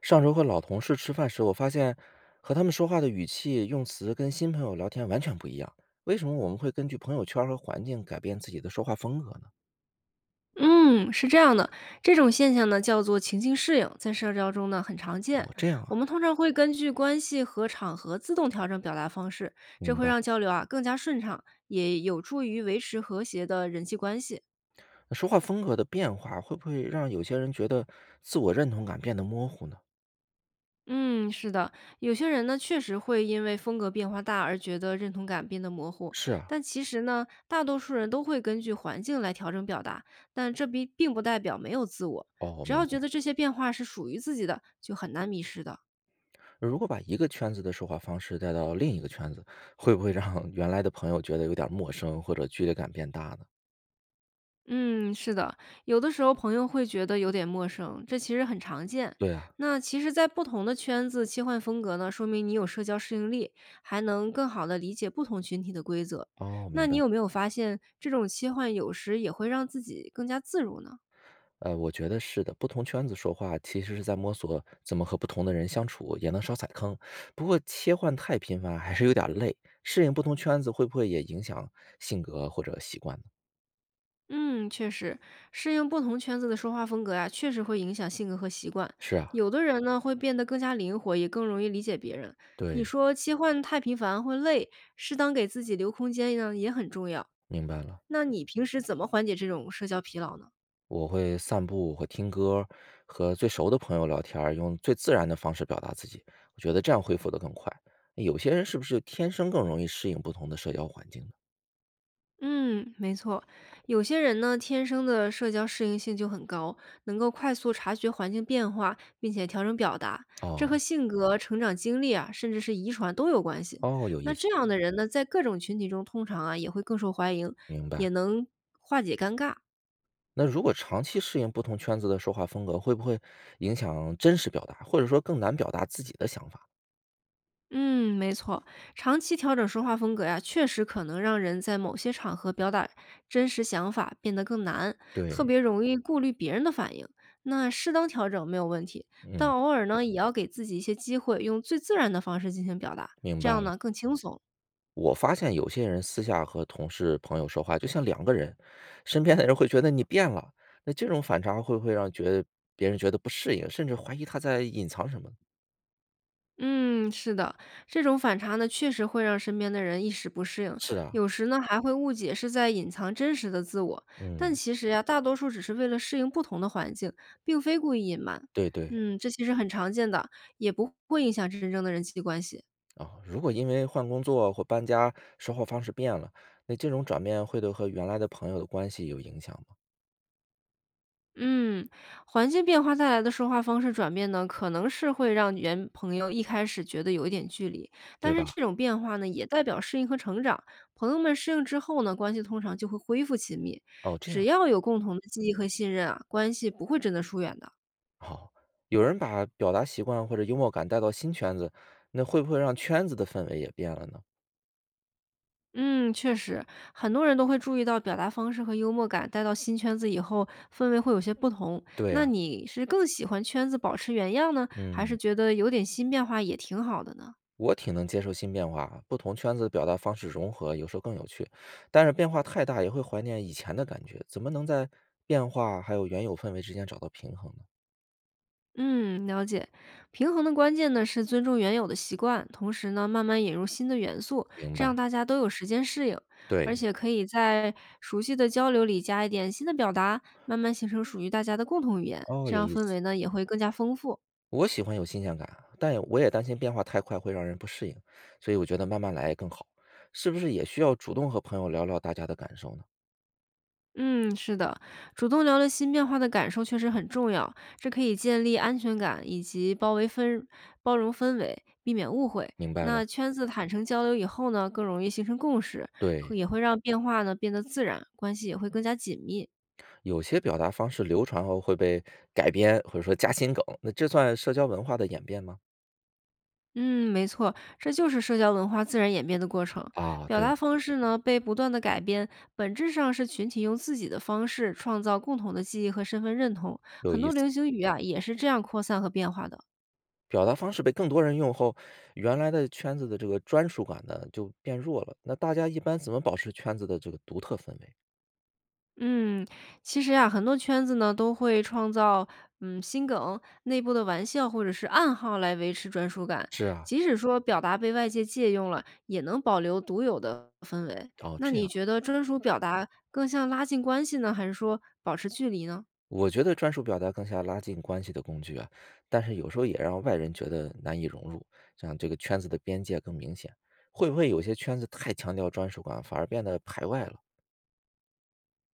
上周和老同事吃饭时，我发现和他们说话的语气、用词跟新朋友聊天完全不一样。为什么我们会根据朋友圈和环境改变自己的说话风格呢？嗯，是这样的，这种现象呢叫做情境适应，在社交中呢很常见。哦，这样我啊，们通常会根据关系和场合自动调整表达方式，这明会白。让交流啊更加顺畅，也有助于维持和谐的人际关系。那说话风格的变化会不会让有些人觉得自我认同感变得模糊呢？嗯，是的，有些人呢确实会因为风格变化大而觉得认同感变得模糊，是啊，但其实呢，大多数人都会根据环境来调整表达，但这并不代表没有自我。哦，我只要明觉白。得这些变化是属于自己的，就很难迷失的。如果把一个圈子的说话方式带到另一个圈子，会不会让原来的朋友觉得有点陌生或者距离感变大呢？嗯，是的，有的时候朋友会觉得有点陌生，这其实很常见。对啊，那其实，在不同的圈子切换风格呢，说明你有社交适应力，还能更好的理解不同群体的规则。哦，那明你白。有没有发现，这种切换有时也会让自己更加自如呢？我觉得是的，不同圈子说话其实是在摸索怎么和不同的人相处，也能少踩坑。不过切换太频繁还是有点累，适应不同圈子会不会也影响性格或者习惯呢？嗯，确实，适应不同圈子的说话风格呀，确实会影响性格和习惯。是啊，有的人呢，会变得更加灵活，也更容易理解别人。你对，说切换太频繁会累，适当给自己留空间呢，也很重要。明白了。那你平时怎么缓解这种社交疲劳呢？我会散步，会听歌，和最熟的朋友聊天儿用最自然的方式表达自己。我觉得这样恢复得更快。有些人是不是天生更容易适应不同的社交环境呢？嗯，没错，有些人呢，天生的社交适应性就很高，能够快速察觉环境变化，并且调整表达，这和哦性格、成长经历啊，甚至是遗传都有关系。哦，有意那思，这样的人呢，在各种群体中，通常啊也会更受欢迎，明也白。能化解尴尬。那如果长期适应不同圈子的说话风格，会不会影响真实表达，或者说更难表达自己的想法？嗯，没错，长期调整说话风格呀，确实可能让人在某些场合表达真实想法变得更难，特对，别容易顾虑别人的反应。那适当调整没有问题，但嗯，偶尔呢，也要给自己一些机会，用最自然的方式进行表达，明这白样了。呢更轻松。我发现有些人私下和同事、朋友说话，就像两个人，身边的人会觉得你变了。那这种反差会不会让觉得别人觉得不适应，甚至怀疑他在隐藏什么？嗯，是的，这种反差呢，确实会让身边的人一时不适应，是啊，有时呢还会误解是在隐藏真实的自我，但嗯，其实呀，大多数只是为了适应不同的环境，并非故意隐瞒。对对嗯，这其实很常见的，也不会影响真正的人际关系。啊。如果因为换工作或搬家，说话方式变了，那这种转变会对和原来的朋友的关系有影响吗？嗯，环境变化带来的说话方式转变呢，可能是会让原朋友一开始觉得有一点距离，但对是吧？这种变化呢，也代表适应和成长。朋友们适应之后呢，关系通常就会恢复亲密。哦，这只样。要有共同的记忆和信任啊，关系不会真的疏远的。好，有人把表达习惯或者幽默感带到新圈子，那会不会让圈子的氛围也变了呢？嗯，确实，很多人都会注意到表达方式和幽默感带到新圈子以后，氛围会有些不同。对那呀、你是更喜欢圈子保持原样呢，还是嗯，觉得有点新变化也挺好的呢？我挺能接受新变化，不同圈子的表达方式融合，有时候更有趣。但是变化太大，也会怀念以前的感觉。怎么能在变化还有原有氛围之间找到平衡呢？嗯，了解。平衡的关键呢是尊重原有的习惯，同时呢慢慢引入新的元素，明这样白。大家都有时间适应，而对，且可以在熟悉的交流里加一点新的表达，慢慢形成属于大家的共同语言，哦，这有样意氛思。围呢也会更加丰富。我喜欢有新鲜感，但也担心变化太快会让人不适应，所以我觉得慢慢来更好。是不是也需要主动和朋友聊聊大家的感受呢？嗯，是的，主动聊了新变化的感受确实很重要，这可以建立安全感以及包容氛围，避免误会。明白那了。圈子坦诚交流以后呢，更容易形成共识，会对，也会让变化呢变得自然，关系也会更加紧密。有些表达方式流传后会被改编，或者说加新梗，那这算社交文化的演变吗？嗯，没错，这就是社交文化自然演变的过程。啊，表对，达方式呢被不断的改变，本质上是群体用自己的方式创造共同的记忆和身份认同。有很多意思，流行语啊也是这样扩散和变化的。表达方式被更多人用后，原来的圈子的这个专属感呢就变弱了。那大家一般怎么保持圈子的这个独特氛围？嗯，其实呀，很多圈子呢都会创造心梗、内部的玩笑或者是暗号来维持专属感。是啊，即使说表达被外界借用了，也能保留独有的氛围。哦，那这你样，觉得专属表达更像拉近关系呢，还是说保持距离呢？我觉得专属表达更像拉近关系的工具啊，但是有时候也让外人觉得难以融入，这样这个圈子的边界更明显。会不会有些圈子太强调专属感，反而变得排外了？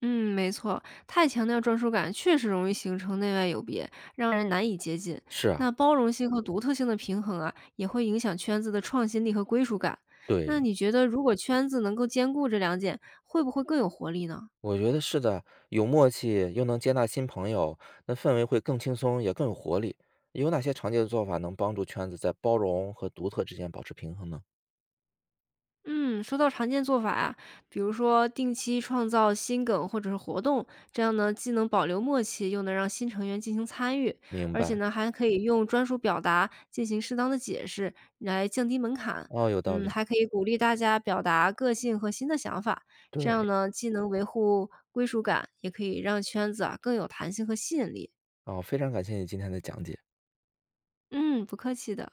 嗯，没错，太强调专属感确实容易形成内外有别，让人难以接近。是那啊，包容性和独特性的平衡啊，也会影响圈子的创新力和归属感。那对，你觉得，如果圈子能够兼顾这两点，会不会更有活力呢？我觉得是的，有默契又能接纳新朋友，那氛围会更轻松，也更有活力。有哪些常见的做法能帮助圈子在包容和独特之间保持平衡呢？嗯，说到常见做法啊，比如说定期创造新梗或者是活动，这样呢既能保留默契，又能让新成员进行参与，明而且白，呢还可以用专属表达进行适当的解释，来降低门槛。哦，有道嗯，理，还可以鼓励大家表达个性和新的想法，这样对，呢既能维护归属感，也可以让圈子啊更有弹性和吸引力。哦，非常感谢你今天的讲解。嗯，不客气的。